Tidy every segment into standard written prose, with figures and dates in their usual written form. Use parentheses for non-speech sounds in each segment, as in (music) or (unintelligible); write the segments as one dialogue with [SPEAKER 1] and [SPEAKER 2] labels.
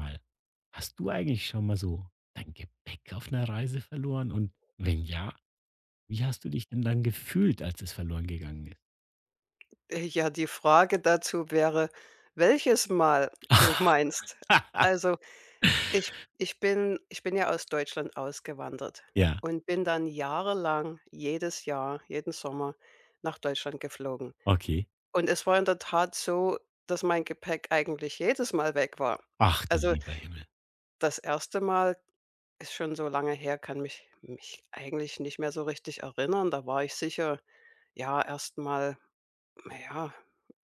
[SPEAKER 1] Mal, hast du eigentlich schon mal so dein Gepäck auf einer Reise verloren und wenn ja, wie hast du dich denn dann gefühlt, als es verloren gegangen ist?
[SPEAKER 2] Ja, Die Frage dazu wäre, welches Mal du (laughs) meinst?
[SPEAKER 1] (laughs)
[SPEAKER 2] Also, ich bin ja aus Deutschland ausgewandert
[SPEAKER 1] Ja,
[SPEAKER 2] und bin dann jahrelang jedes Jahr, jeden Sommer nach Deutschland geflogen.
[SPEAKER 1] okay.
[SPEAKER 2] Und es war in der Tat so, dass mein Gepäck eigentlich jedes Mal weg war.
[SPEAKER 1] Ach du
[SPEAKER 2] Also,
[SPEAKER 1] lieber Himmel.
[SPEAKER 2] das erste Mal ist schon so lange her, kann mich eigentlich nicht mehr so richtig erinnern. Da war ich sicher, ja, erst mal ja,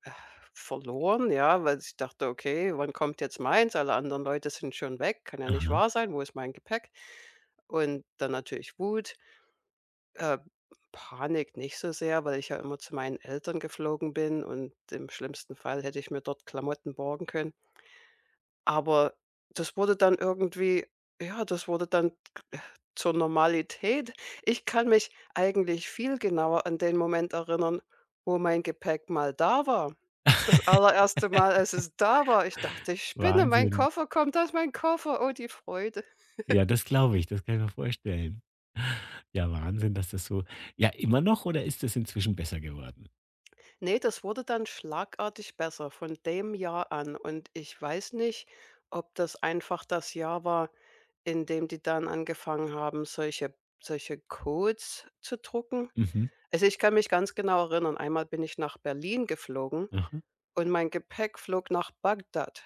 [SPEAKER 2] äh, verloren, ja, weil ich dachte: „Okay, wann kommt jetzt meins? Alle anderen Leute sind schon weg. Kann ja nicht
[SPEAKER 1] Aha.
[SPEAKER 2] wahr sein. Wo ist mein Gepäck?“ Und dann natürlich Wut, äh, Panik nicht so sehr, weil ich ja immer zu meinen Eltern geflogen bin und im schlimmsten Fall hätte ich mir dort Klamotten borgen können. Aber das wurde dann irgendwie ja, das wurde dann zur Normalität. Ich kann mich eigentlich viel genauer an den Moment erinnern, wo mein Gepäck mal da war. Das
[SPEAKER 1] (laughs)
[SPEAKER 2] allererste Mal, als es da war, ich dachte, ich spinne, mein
[SPEAKER 1] Wahnsinn.
[SPEAKER 2] Koffer kommt, da ist mein Koffer, oh die Freude.
[SPEAKER 1] Ja, das glaube ich, das kann ich mir vorstellen. Ja, Wahnsinn, dass das so ja, immer noch oder ist das inzwischen besser geworden?
[SPEAKER 2] Ne, das wurde dann schlagartig besser von dem Jahr an und ich weiß nicht, ob das einfach das Jahr war, in dem die dann angefangen haben, solche Codes zu drucken.
[SPEAKER 1] Mhm.
[SPEAKER 2] Also, ich kann mich ganz genau erinnern, einmal bin ich nach Berlin geflogen.
[SPEAKER 1] Aha.
[SPEAKER 2] Und mein Gepäck flog nach Bagdad.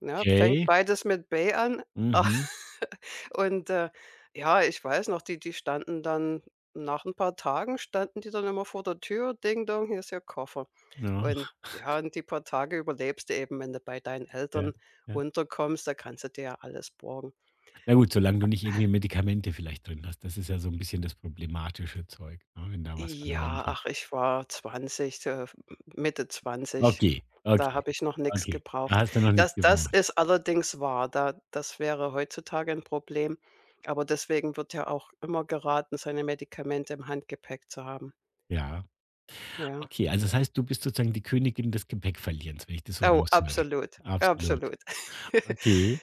[SPEAKER 2] Ja, fängt beides mit Bay an.
[SPEAKER 1] Mhm.
[SPEAKER 2] (laughs) Und, ja, ich weiß noch, die standen dann, nach ein paar Tagen standen die dann immer vor der Tür: „Ding dong, hier ist Ihr Koffer.“
[SPEAKER 1] Ja,
[SPEAKER 2] Und ja, und die paar Tage überlebst du eben, wenn du bei deinen
[SPEAKER 1] ja,
[SPEAKER 2] Eltern
[SPEAKER 1] ja.
[SPEAKER 2] unterkommst, da kannst du dir ja alles borgen.
[SPEAKER 1] Na gut, solange du nicht irgendwie Medikamente vielleicht drin hast. Das ist ja so ein bisschen das problematische Zeug, ne, wenn da was verloren
[SPEAKER 2] Ja,
[SPEAKER 1] geht.
[SPEAKER 2] ach, ich war 20, Mitte zwanzig.
[SPEAKER 1] Okay,
[SPEAKER 2] Da
[SPEAKER 1] okay,
[SPEAKER 2] habe ich noch nix
[SPEAKER 1] okay. Da
[SPEAKER 2] gebraucht.
[SPEAKER 1] hast du noch nichts
[SPEAKER 2] Das das
[SPEAKER 1] gemacht.
[SPEAKER 2] ist allerdings wahr. Da das wäre heutzutage 'n Problem, aber deswegen wird ja auch immer geraten, seine Medikamente im Handgepäck zu haben.
[SPEAKER 1] Ja.
[SPEAKER 2] Ja.
[SPEAKER 1] Okay, also das heißt, du bist sozusagen die Königin des Gepäckverlierens, wenn ich das so
[SPEAKER 2] Oh,
[SPEAKER 1] raushöre.
[SPEAKER 2] absolut,
[SPEAKER 1] Absolut.
[SPEAKER 2] absolut. (laughs)
[SPEAKER 1] Okay.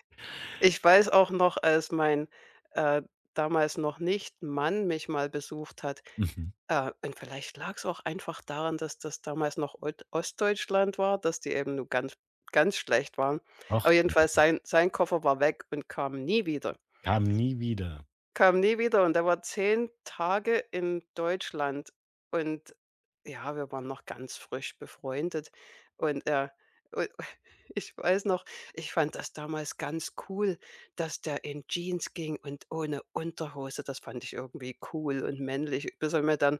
[SPEAKER 2] Ich weiß auch noch, als mein, äh, damals noch nicht Mann mich mal besucht hat.
[SPEAKER 1] Mhm.
[SPEAKER 2] Und vielleicht lag es auch einfach daran, dass das damals noch Old Ostdeutschland war, dass die eben nur ganz schlecht waren.
[SPEAKER 1] Ach
[SPEAKER 2] Aber
[SPEAKER 1] du liebe
[SPEAKER 2] jedenfalls
[SPEAKER 1] Gü
[SPEAKER 2] sein Koffer war weg und kam nie wieder.
[SPEAKER 1] Kam nie wieder.
[SPEAKER 2] Kam nie wieder und er war 10 Tage in Deutschland und ja, wir waren noch ganz frisch befreundet und er u (laughs) ich weiß noch, ich fand das damals ganz cool, dass der in Jeans ging und ohne Unterhose. Das fand ich irgendwie cool und männlich, bis er mir dann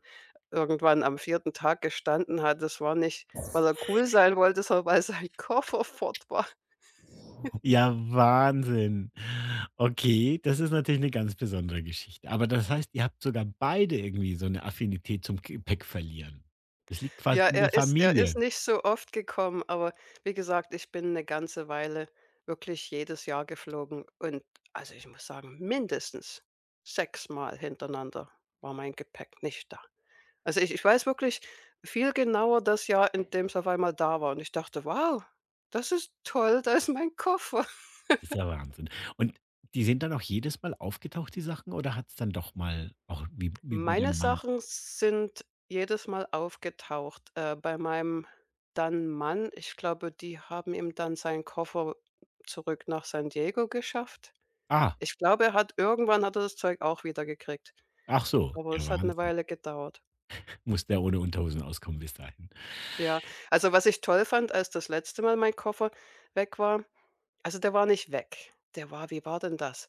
[SPEAKER 2] irgendwann am vierten Tag gestanden hat, das war nicht, weil er cool sein wollte, sondern weil sein Koffer fort war.
[SPEAKER 1] Ja, Wahnsinn. Okay, das ist natürlich eine ganz besondere Geschichte. Aber das heißt, ihr habt sogar beide irgendwie so eine Affinität zum Gepäckverlieren. Das liegt
[SPEAKER 2] Ja,
[SPEAKER 1] quasi in der
[SPEAKER 2] er ist
[SPEAKER 1] Familie.
[SPEAKER 2] nicht so oft gekommen, aber wie gesagt, ich bin eine ganze Weile wirklich jedes Jahr geflogen und also, ich muss sagen, mindestens sechsmal hintereinander war mein Gepäck nicht da. Also, ich weiß wirklich viel genauer das Jahr, in dem's auf einmal da war und ich dachte: „Wow, das ist toll, da ist mein Koffer.“
[SPEAKER 1] Ist ja Wahnsinn. Und die sind dann auch jedes Mal aufgetaucht, die Sachen, oder hat's dann doch mal auch wie bei
[SPEAKER 2] Meine
[SPEAKER 1] deinem Mann
[SPEAKER 2] Sachen sind jedes Mal aufgetaucht, bei meinem dann Mann. Ich glaube, die haben ihm dann seinen Koffer zurück nach San Diego geschafft.
[SPEAKER 1] ah,
[SPEAKER 2] Ich glaube, er hat irgendwann hat er das Zeug auch wieder gekriegt,
[SPEAKER 1] ach so,
[SPEAKER 2] aber
[SPEAKER 1] ja
[SPEAKER 2] es hat eine
[SPEAKER 1] Wahnsinn.
[SPEAKER 2] Weile gedauert.
[SPEAKER 1] Muss der ohne Unterhosen auskommen bis dahin?
[SPEAKER 2] Ja, also, was ich toll fand, als das letzte Mal mein Koffer weg war, also, der war nicht weg. Der war, wie war denn das?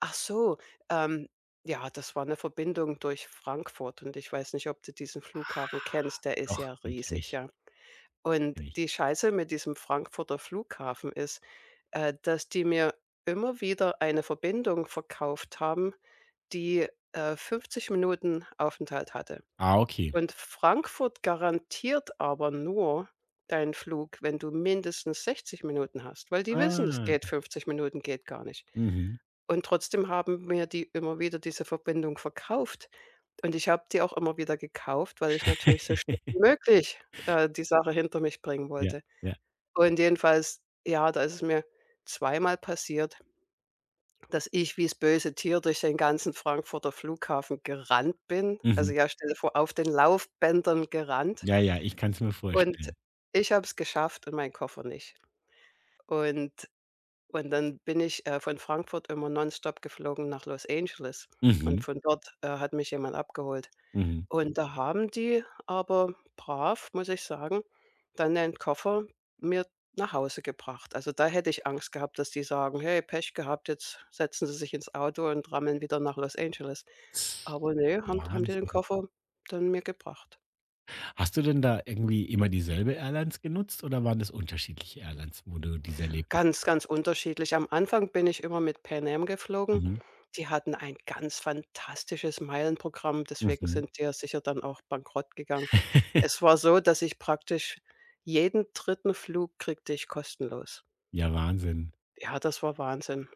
[SPEAKER 2] Ach so, ähm, ja, das war eine Verbindung durch Frankfurt und ich weiß nicht, ob du diesen Flughafen
[SPEAKER 1] Ah,
[SPEAKER 2] kennst, der ist
[SPEAKER 1] doch,
[SPEAKER 2] ja
[SPEAKER 1] den kenne
[SPEAKER 2] riesig,
[SPEAKER 1] ich,
[SPEAKER 2] ja. Und
[SPEAKER 1] kenne ich.
[SPEAKER 2] die Scheiße mit diesem Frankfurter Flughafen ist, dass die mir immer wieder eine Verbindung verkauft haben, die, 50 Minuten Aufenthalt hatte.
[SPEAKER 1] Ah, okay.
[SPEAKER 2] Und Frankfurt garantiert aber nur deinen Flug, wenn du mindestens 60 Minuten hast, weil die wissen, es geht,
[SPEAKER 1] Ah,
[SPEAKER 2] 50 Minuten geht gar nicht.
[SPEAKER 1] mhm.
[SPEAKER 2] Und trotzdem haben mir die immer wieder diese Verbindung verkauft. Und ich habe die auch immer wieder gekauft, weil ich natürlich so schnell wie
[SPEAKER 1] (laughs)
[SPEAKER 2] möglich, die Sache hinter mich bringen
[SPEAKER 1] Ja,
[SPEAKER 2] wollte.
[SPEAKER 1] ja,
[SPEAKER 2] Und jedenfalls, ja, da ist es mir zweimal passiert, dass ich wie das böse Tier durch den ganzen Frankfurter Flughafen gerannt bin. Also,
[SPEAKER 1] mhm.
[SPEAKER 2] ja, stell dir vor, auf den Laufbändern gerannt,
[SPEAKER 1] Ja, ja, ich kann's mir
[SPEAKER 2] und
[SPEAKER 1] vorstellen.
[SPEAKER 2] ich habe es geschafft und mein Koffer nicht. Und und dann bin ich, von Frankfurt immer nonstop geflogen nach Los Angeles und
[SPEAKER 1] Mhm,
[SPEAKER 2] von dort, hat mich jemand abgeholt.
[SPEAKER 1] mhm.
[SPEAKER 2] Und da haben die aber brav, muss ich sagen, dann den Koffer mir nach Hause gebracht. Also, da hätte ich Angst gehabt, dass die sagen: „Hey, Pech gehabt, jetzt setzen Sie sich ins Auto und rammeln wieder nach Los Angeles.“ Aber nee, haben die den
[SPEAKER 1] Wahnsinn.
[SPEAKER 2] Koffer dann mir gebracht.
[SPEAKER 1] Hast du denn da irgendwie immer dieselbe Airlines genutzt oder waren das unterschiedliche Airlines, wo du diese Erlebnisse
[SPEAKER 2] Ganz, ganz unterschiedlich. Am Anfang bin ich immer mit Pan Am geflogen.
[SPEAKER 1] mhm,
[SPEAKER 2] Die hatten ein ganz fantastisches Meilenprogramm, deswegen
[SPEAKER 1] mhm.
[SPEAKER 2] sind die ja sicher dann auch bankrott gegangen.
[SPEAKER 1] (laughs)
[SPEAKER 2] Es war so, dass ich praktisch jeden dritten Flug kriegte ich kostenlos.
[SPEAKER 1] Ja, Wahnsinn.
[SPEAKER 2] Ja, das war Wahnsinn.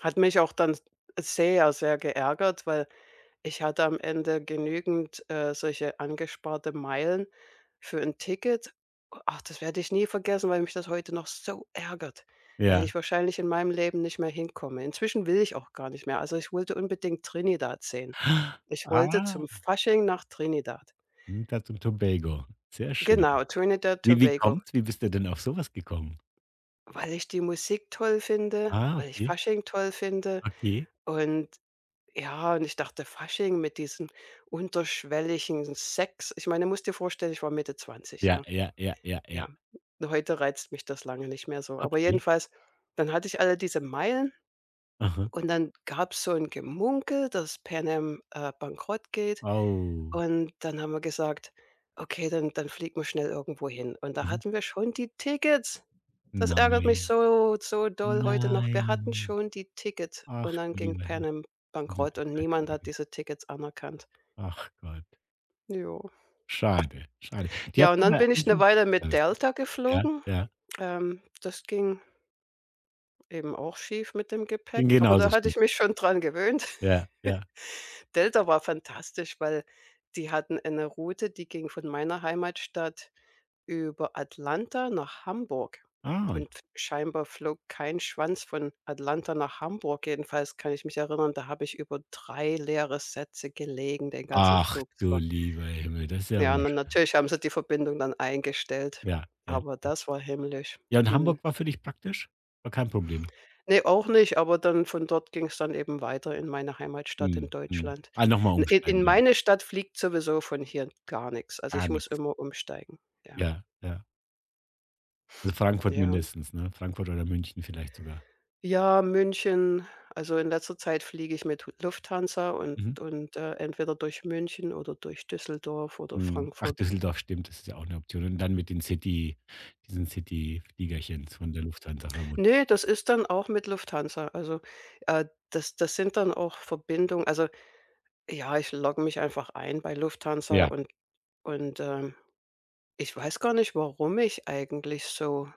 [SPEAKER 2] Hat mich auch dann sehr, sehr geärgert, weil ich hatte am Ende genügend, solche angesparte Meilen für ein Ticket. Ach, das werde ich nie vergessen, weil mich das heute noch so ärgert, weil
[SPEAKER 1] Ja.
[SPEAKER 2] ich wahrscheinlich in meinem Leben nicht mehr hinkomme. Inzwischen will ich auch gar nicht mehr. Also, ich wollte unbedingt Trinidad sehen. Ich wollte
[SPEAKER 1] Ah,
[SPEAKER 2] zum Fasching nach Trinidad.
[SPEAKER 1] Trinidad und Tobago. Sehr schön.
[SPEAKER 2] Genau, Trinidad
[SPEAKER 1] Wie
[SPEAKER 2] Tobago,
[SPEAKER 1] kommt's? Wie bist du denn auf so was gekommen?
[SPEAKER 2] weil ich die Musik toll finde,
[SPEAKER 1] Ah,
[SPEAKER 2] weil ich
[SPEAKER 1] okay,
[SPEAKER 2] Fasching toll finde.
[SPEAKER 1] okay.
[SPEAKER 2] Und ja, und ich dachte, Fasching mit diesem unterschwelligen Sex. Ich meine, musst dir vorstellen, ich war Mitte zwanzig
[SPEAKER 1] Ja,
[SPEAKER 2] ja.
[SPEAKER 1] ja, ja, ja, ja.
[SPEAKER 2] Ja, heute reizt mich das lange nicht mehr so. Aber
[SPEAKER 1] Okay.
[SPEAKER 2] jedenfalls, dann hatte ich alle diese Meilen
[SPEAKER 1] Aha.
[SPEAKER 2] und dann gab's so ein Gemunkel, dass Pan Am, bankrott geht.
[SPEAKER 1] Oh.
[SPEAKER 2] Und dann haben wir gesagt: „Okay, dann fliegen wir schnell irgendwo hin.“ Und da
[SPEAKER 1] Mhm.
[SPEAKER 2] hatten wir schon die Tickets. Das ärgert mich
[SPEAKER 1] Nein.
[SPEAKER 2] so, so doll heute noch. Wir hatten
[SPEAKER 1] Nein.
[SPEAKER 2] schon die Tickets
[SPEAKER 1] Ach,
[SPEAKER 2] und dann
[SPEAKER 1] du
[SPEAKER 2] ging
[SPEAKER 1] lieber
[SPEAKER 2] Pan
[SPEAKER 1] Himmel.
[SPEAKER 2] Am bankrott und niemand hat
[SPEAKER 1] (unintelligible)
[SPEAKER 2] diese Tickets anerkannt.
[SPEAKER 1] Ach Gott.
[SPEAKER 2] Jo.
[SPEAKER 1] Schade, schade. Die
[SPEAKER 2] Ja,
[SPEAKER 1] hatten
[SPEAKER 2] und dann
[SPEAKER 1] aber
[SPEAKER 2] bin ich
[SPEAKER 1] eigentlich
[SPEAKER 2] 'ne
[SPEAKER 1] 'n
[SPEAKER 2] Weile
[SPEAKER 1] guten
[SPEAKER 2] mit
[SPEAKER 1] Service, ne?
[SPEAKER 2] Delta
[SPEAKER 1] Ja,
[SPEAKER 2] geflogen.
[SPEAKER 1] ja.
[SPEAKER 2] Das ging eben auch schief mit dem
[SPEAKER 1] Ging
[SPEAKER 2] Gepäck, aber da
[SPEAKER 1] genauso
[SPEAKER 2] hatte ich
[SPEAKER 1] schief.
[SPEAKER 2] mich schon dran gewöhnt.
[SPEAKER 1] Ja, ja.
[SPEAKER 2] Delta war fantastisch, weil die hatten eine Route, die ging von meiner Heimatstadt über Atlanta nach Hamburg.
[SPEAKER 1] Ah.
[SPEAKER 2] Und scheinbar flog kein Schwanz von Atlanta nach Hamburg. Jedenfalls kann ich mich erinnern, da habe ich über 3 leere Sätze gelegen den ganzen
[SPEAKER 1] Ach,
[SPEAKER 2] Flug. Das
[SPEAKER 1] du
[SPEAKER 2] war,
[SPEAKER 1] lieber Himmel, das ist ja
[SPEAKER 2] ja, und dann natürlich haben sie die Verbindung dann eingestellt,
[SPEAKER 1] Ja, ja,
[SPEAKER 2] aber
[SPEAKER 1] ja.
[SPEAKER 2] das war himmlisch.
[SPEAKER 1] Ja, und
[SPEAKER 2] Mhm.
[SPEAKER 1] Hamburg war für dich praktisch? War kein Problem?
[SPEAKER 2] Ne, auch nicht, aber dann von dort ging's dann eben weiter in meine Heimatstadt in
[SPEAKER 1] Mhm, mhm.
[SPEAKER 2] Deutschland.
[SPEAKER 1] Ah, nochmal
[SPEAKER 2] In
[SPEAKER 1] umsteigen dann.
[SPEAKER 2] meine Stadt fliegt sowieso von hier gar nix. Also, ich
[SPEAKER 1] Gar
[SPEAKER 2] muss
[SPEAKER 1] nichts.
[SPEAKER 2] immer umsteigen. Ja,
[SPEAKER 1] Ja, ja. Also, Frankfurt
[SPEAKER 2] ja.
[SPEAKER 1] mindestens, ne? Frankfurt oder München vielleicht sogar.
[SPEAKER 2] Ja, München. Also, in letzter Zeit fliege ich mit Lufthansa und
[SPEAKER 1] Mhm.
[SPEAKER 2] und, äh, entweder durch München oder durch Düsseldorf oder
[SPEAKER 1] Mhm. Ach,
[SPEAKER 2] Frankfurt.
[SPEAKER 1] Düsseldorf, stimmt, das ist ja auch eine Option. Und dann mit den City diesen City-Fliegerchen von der Lufthansa vermutlich.
[SPEAKER 2] Ne, das ist dann auch mit Lufthansa. Also, äh, das das sind dann auch Verbindungen, also, ja, ich logge mich einfach ein bei Lufthansa
[SPEAKER 1] Ja.
[SPEAKER 2] und. Ich weiß gar nicht, warum ich eigentlich so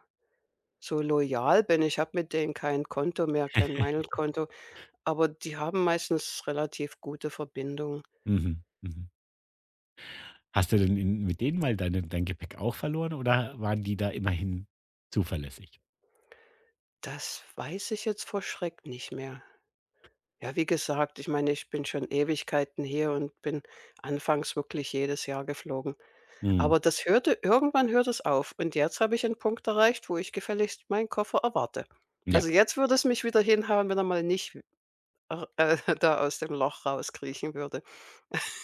[SPEAKER 2] loyal bin. Ich habe mit denen kein Konto mehr, kein Meinelkonto, aber die haben meistens relativ gute Verbindungen.
[SPEAKER 1] Mhm, mhm. Hast du denn in mit denen mal dein Gepäck auch verloren oder waren die da immerhin zuverlässig?
[SPEAKER 2] Das weiß ich jetzt vor Schreck nicht mehr. Ja, wie gesagt, ich meine, ich bin schon Ewigkeiten hier und bin anfangs wirklich jedes Jahr geflogen.
[SPEAKER 1] Mhm.
[SPEAKER 2] Aber das hört es auf und jetzt habe ich einen Punkt erreicht, wo ich gefälligst meinen Koffer erwarte. Also, jetzt würde es mich wieder hinhauen, wenn er mal nicht (laughs) da aus dem Loch rauskriechen würde.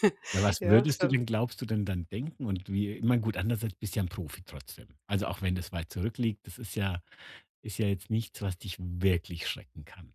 [SPEAKER 2] (laughs)
[SPEAKER 1] Ja, was
[SPEAKER 2] Ja,
[SPEAKER 1] würdest du
[SPEAKER 2] so.
[SPEAKER 1] denn, glaubst du denn dann denken und wie Immer gut, andererseits bist du ja ein Profi trotzdem. Also, auch wenn das weit zurückliegt, das ist ja jetzt nichts, was dich wirklich schrecken kann.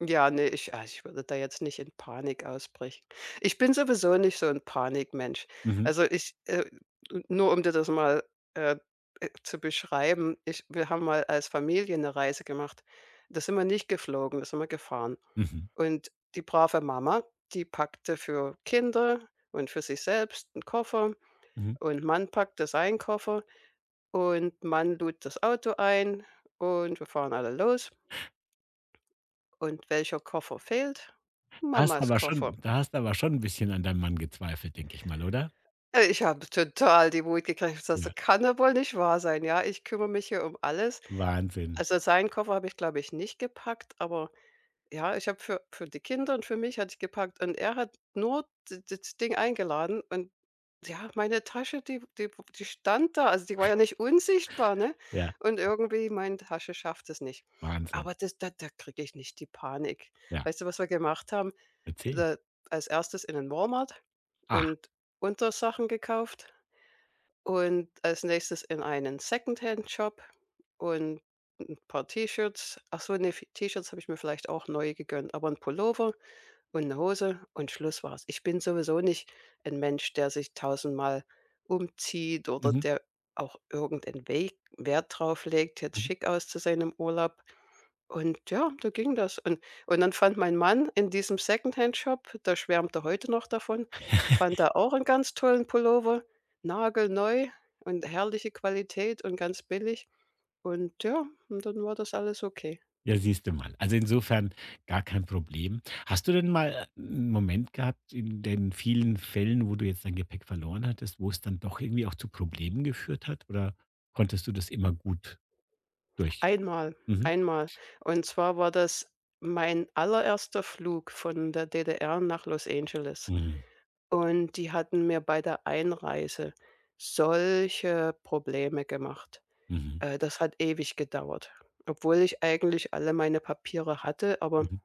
[SPEAKER 2] Ja, ne, ich, also, ich würde da jetzt nicht in Panik ausbrechen. Ich bin sowieso nicht so ein Panikmensch.
[SPEAKER 1] Mhm,
[SPEAKER 2] Also, ich n nur um dir das mal, äh, zu beschreiben, ich wir haben mal als Familie eine Reise gemacht. Da sind wir nicht geflogen, da sind wir gefahren.
[SPEAKER 1] mhm,
[SPEAKER 2] Und die brave Mama, die packte für Kinder und für sich selbst einen Koffer
[SPEAKER 1] mhm.
[SPEAKER 2] und Mann packte seinen Koffer und Mann lud das Auto ein und wir fahren alle los. Und welcher Koffer fehlt?
[SPEAKER 1] Da hast du
[SPEAKER 2] Mamas
[SPEAKER 1] aber
[SPEAKER 2] Koffer.
[SPEAKER 1] schon da hast du aber schon ein bisschen an deinem Mann gezweifelt, denke ich mal, oder?
[SPEAKER 2] Ich habe total die Wut gekriegt. Ich sage: „Das
[SPEAKER 1] Ja,
[SPEAKER 2] kann doch wohl nicht wahr sein, ja? Ich kümmere mich hier um alles.“
[SPEAKER 1] Wahnsinn.
[SPEAKER 2] Also, seinen Koffer habe ich, glaube ich, nicht gepackt, aber ja, ich habe für die Kinder und für mich hatte ich gepackt und er hat nur das Ding eingeladen und ja, meine Tasche, die stand da. Also, die war ja nicht unsichtbar, ne?
[SPEAKER 1] Ja,
[SPEAKER 2] Und irgendwie meine Tasche schafft es nicht.
[SPEAKER 1] Wahnsinn.
[SPEAKER 2] Aber das da kriege ich nicht die Panik.
[SPEAKER 1] Ja,
[SPEAKER 2] Weißt du, was wir gemacht haben?
[SPEAKER 1] erzähl.
[SPEAKER 2] Da als Erstes in einen Walmart
[SPEAKER 1] Ah,
[SPEAKER 2] und Untersachen gekauft und als Nächstes in einen Secondhand-Shop und ein paar T-Shirts. Ach so, ne, v T-Shirts habe ich mir vielleicht auch neu gegönnt, aber ein Pullover und eine Hose und Schluss war's. Ich bin sowieso nicht ein Mensch, der sich tausendmal umzieht oder
[SPEAKER 1] mhm.
[SPEAKER 2] der auch irgendeinen Weg Wert drauf legt, jetzt
[SPEAKER 1] Mhm.
[SPEAKER 2] schick auszusehen im Urlaub. Und ja, da ging das. Und dann fand mein Mann in diesem Secondhand-Shop, da schwärmt er heute noch davon, fand er auch einen ganz tollen Pullover, nagelneu und herrliche Qualität und ganz billig. Und ja, und dann war das alles okay.
[SPEAKER 1] Ja, siehst du mal. Also insofern gar kein Problem. Hast du denn mal einen Moment gehabt in den vielen Fällen, wo du jetzt dein Gepäck verloren hattest, wo es dann doch irgendwie auch zu Problemen geführt hat? Oder konntest du das immer gut durch?
[SPEAKER 2] Einmal,
[SPEAKER 1] Mhm.
[SPEAKER 2] einmal. Und zwar war das mein allererster Flug von der DDR nach Los Angeles.
[SPEAKER 1] Mhm.
[SPEAKER 2] Und die hatten mir bei der Einreise solche Probleme gemacht.
[SPEAKER 1] Mhm.
[SPEAKER 2] Das hat ewig gedauert, obwohl ich eigentlich alle meine Papiere hatte, aber
[SPEAKER 1] Mhm.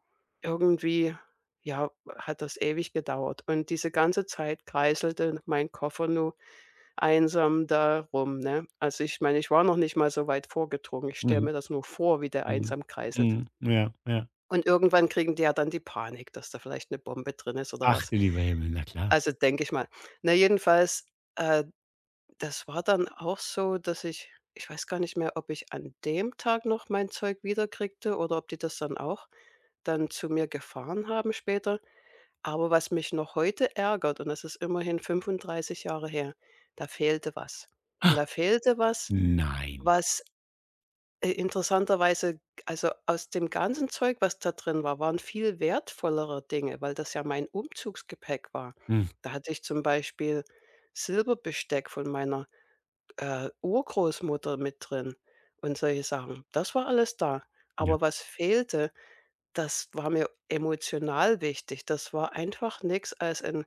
[SPEAKER 2] irgendwie, ja, hat das ewig gedauert. Und diese ganze Zeit kreiselte mein Koffer nur einsam da rum, ne? Also, ich meine, ich war noch nicht mal so weit vorgedrungen. Ich stelle
[SPEAKER 1] Mhm.
[SPEAKER 2] mir das nur vor, wie der
[SPEAKER 1] Mhm.
[SPEAKER 2] einsam kreiselt.
[SPEAKER 1] Mhm. Ja, ja.
[SPEAKER 2] Und irgendwann kriegen die ja dann die Panik, dass da vielleicht eine Bombe drin ist oder
[SPEAKER 1] Ach
[SPEAKER 2] was.
[SPEAKER 1] du lieber Himmel, na klar.
[SPEAKER 2] Also, denke ich mal. Na, jedenfalls, äh das war dann auch so, dass ich weiß gar nicht mehr, ob ich an dem Tag noch mein Zeug wiederkriegte oder ob die das dann auch dann zu mir gefahren haben später. Aber was mich noch heute ärgert, und das ist immerhin 35 Jahre her, da fehlte was. Und
[SPEAKER 1] Ah,
[SPEAKER 2] da fehlte was,
[SPEAKER 1] Nein.
[SPEAKER 2] was, interessanterweise, also, aus dem ganzen Zeug, was da drin war, waren viel wertvollere Dinge, weil das ja mein Umzugsgepäck war.
[SPEAKER 1] Mhm.
[SPEAKER 2] Da hatte ich zum Beispiel Silberbesteck von meiner Urgroßmutter mit drin und solche Sachen. Das war alles da.
[SPEAKER 1] Ja.
[SPEAKER 2] Aber was fehlte, das war mir emotional wichtig. Das war einfach nichts als ein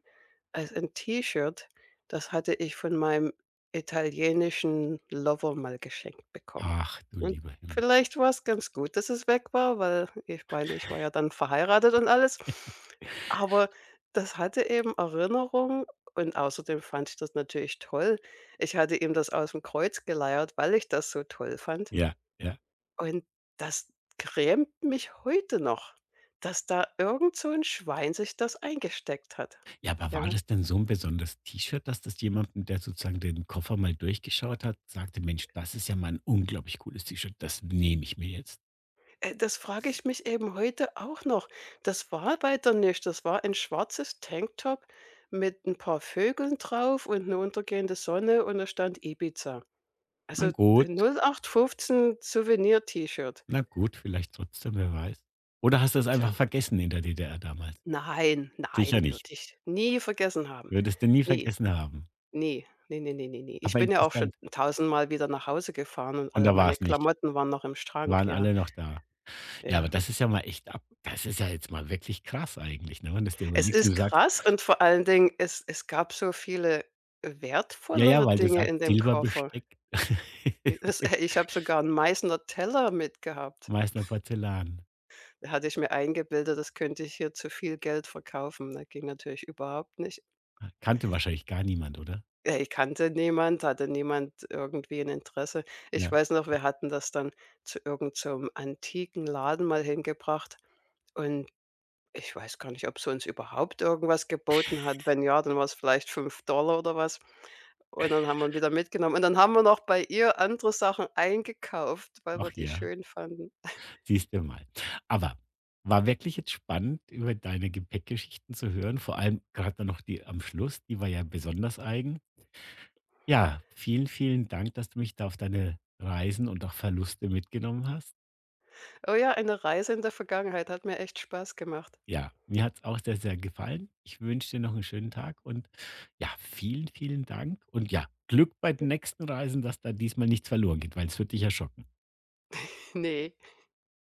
[SPEAKER 2] als 'n T-Shirt. Das hatte ich von meinem italienischen Lover mal geschenkt bekommen.
[SPEAKER 1] Ach du
[SPEAKER 2] Und
[SPEAKER 1] lieber Himmel.
[SPEAKER 2] vielleicht war es ganz gut, dass es weg war, weil ich meine, ich war ja dann verheiratet und alles. Aber das hatte eben Erinnerung und außerdem fand ich das natürlich toll. Ich hatte ihm das aus dem Kreuz geleiert, weil ich das so toll fand.
[SPEAKER 1] Ja, ja.
[SPEAKER 2] Und das grämt mich heute noch, dass da irgend so 'n Schwein sich das eingesteckt hat.
[SPEAKER 1] Ja, aber war
[SPEAKER 2] Ja,
[SPEAKER 1] das denn so ein besonderes T-Shirt, dass das jemandem, der sozusagen den Koffer mal durchgeschaut hat, sagte: „Mensch, das ist ja mal ein unglaublich cooles T-Shirt, das nehme ich mir jetzt.“
[SPEAKER 2] das frage ich mich eben heute auch noch. Das war weiter nicht. Das war ein schwarzes Tanktop mit 'n paar Vögeln drauf und 'ne untergehende Sonne und da stand Ibiza.
[SPEAKER 1] Na
[SPEAKER 2] Also,
[SPEAKER 1] gut,
[SPEAKER 2] 08/15 Souvenir-T-Shirt.
[SPEAKER 1] na gut, vielleicht trotzdem, wer weiß. Oder hast du es
[SPEAKER 2] Tja,
[SPEAKER 1] einfach vergessen in der DDR damals?
[SPEAKER 2] nein,
[SPEAKER 1] Sicher
[SPEAKER 2] nein,
[SPEAKER 1] nicht.
[SPEAKER 2] würde ich nie vergessen haben.
[SPEAKER 1] Würdest du nie
[SPEAKER 2] Nie.
[SPEAKER 1] vergessen haben.
[SPEAKER 2] Ne, ne, ne, ne, ne, ne. Ich
[SPEAKER 1] Aber
[SPEAKER 2] bin ja auch schon
[SPEAKER 1] interessant.
[SPEAKER 2] tausendmal wieder nach Hause gefahren und
[SPEAKER 1] Und
[SPEAKER 2] alle
[SPEAKER 1] da war
[SPEAKER 2] meine
[SPEAKER 1] es nicht.
[SPEAKER 2] Klamotten waren noch im Schrank,
[SPEAKER 1] Waren
[SPEAKER 2] ja,
[SPEAKER 1] alle noch da. Ja, aber
[SPEAKER 2] ja.
[SPEAKER 1] das ist ja mal echt ab das ist ja jetzt mal wirklich krass eigentlich, ne, wenn du es dir
[SPEAKER 2] Es
[SPEAKER 1] überlegst und
[SPEAKER 2] ist
[SPEAKER 1] du sagst
[SPEAKER 2] krass und vor allen Dingen, es gab so viele
[SPEAKER 1] ja, ja,
[SPEAKER 2] wertvollere
[SPEAKER 1] weil du
[SPEAKER 2] Dinge
[SPEAKER 1] sagst
[SPEAKER 2] in dem Koffer.
[SPEAKER 1] Silberbesteck,
[SPEAKER 2] (laughs) Es
[SPEAKER 1] (laughs)
[SPEAKER 2] Ich habe sogar 'n Meißner Teller mitgehabt.
[SPEAKER 1] Meißner Porzellan.
[SPEAKER 2] Da hatte ich mir eingebildet, das könnte ich hier zu viel Geld verkaufen, ne? Ging natürlich überhaupt nicht.
[SPEAKER 1] Kannte wahrscheinlich gar niemand, oder?
[SPEAKER 2] Ja, ich kannte niemand, hatte niemand irgendwie ein Interesse. Ich
[SPEAKER 1] Ja.
[SPEAKER 2] weiß noch, wir hatten das dann zu irgend so 'nem antiken Laden mal hingebracht und ich weiß gar nicht, ob sie uns überhaupt irgendwas geboten hat. Wenn ja, dann war's vielleicht $5 oder was. Und dann haben wir ihn wieder mitgenommen. Und dann haben wir noch bei ihr andere Sachen eingekauft, weil wir
[SPEAKER 1] Ach
[SPEAKER 2] die
[SPEAKER 1] ja,
[SPEAKER 2] schön fanden.
[SPEAKER 1] siehst du mal. Aber war wirklich jetzt spannend, über deine Gepäckgeschichten zu hören, vor allem gerade dann noch die am Schluss, die war ja besonders eigen. Ja, vielen, vielen Dank, dass du mich da auf deine Reisen und auch Verluste mitgenommen hast.
[SPEAKER 2] Oh ja, eine Reise in der Vergangenheit hat mir echt Spaß gemacht.
[SPEAKER 1] Ja, mir hat's auch sehr, sehr gefallen. Ich wünsche dir noch einen schönen Tag und ja, vielen, vielen Dank und ja, Glück bei den
[SPEAKER 2] (laughs)
[SPEAKER 1] nächsten Reisen, dass da diesmal nichts verloren geht, weil es würde dich ja schocken.
[SPEAKER 2] Ne.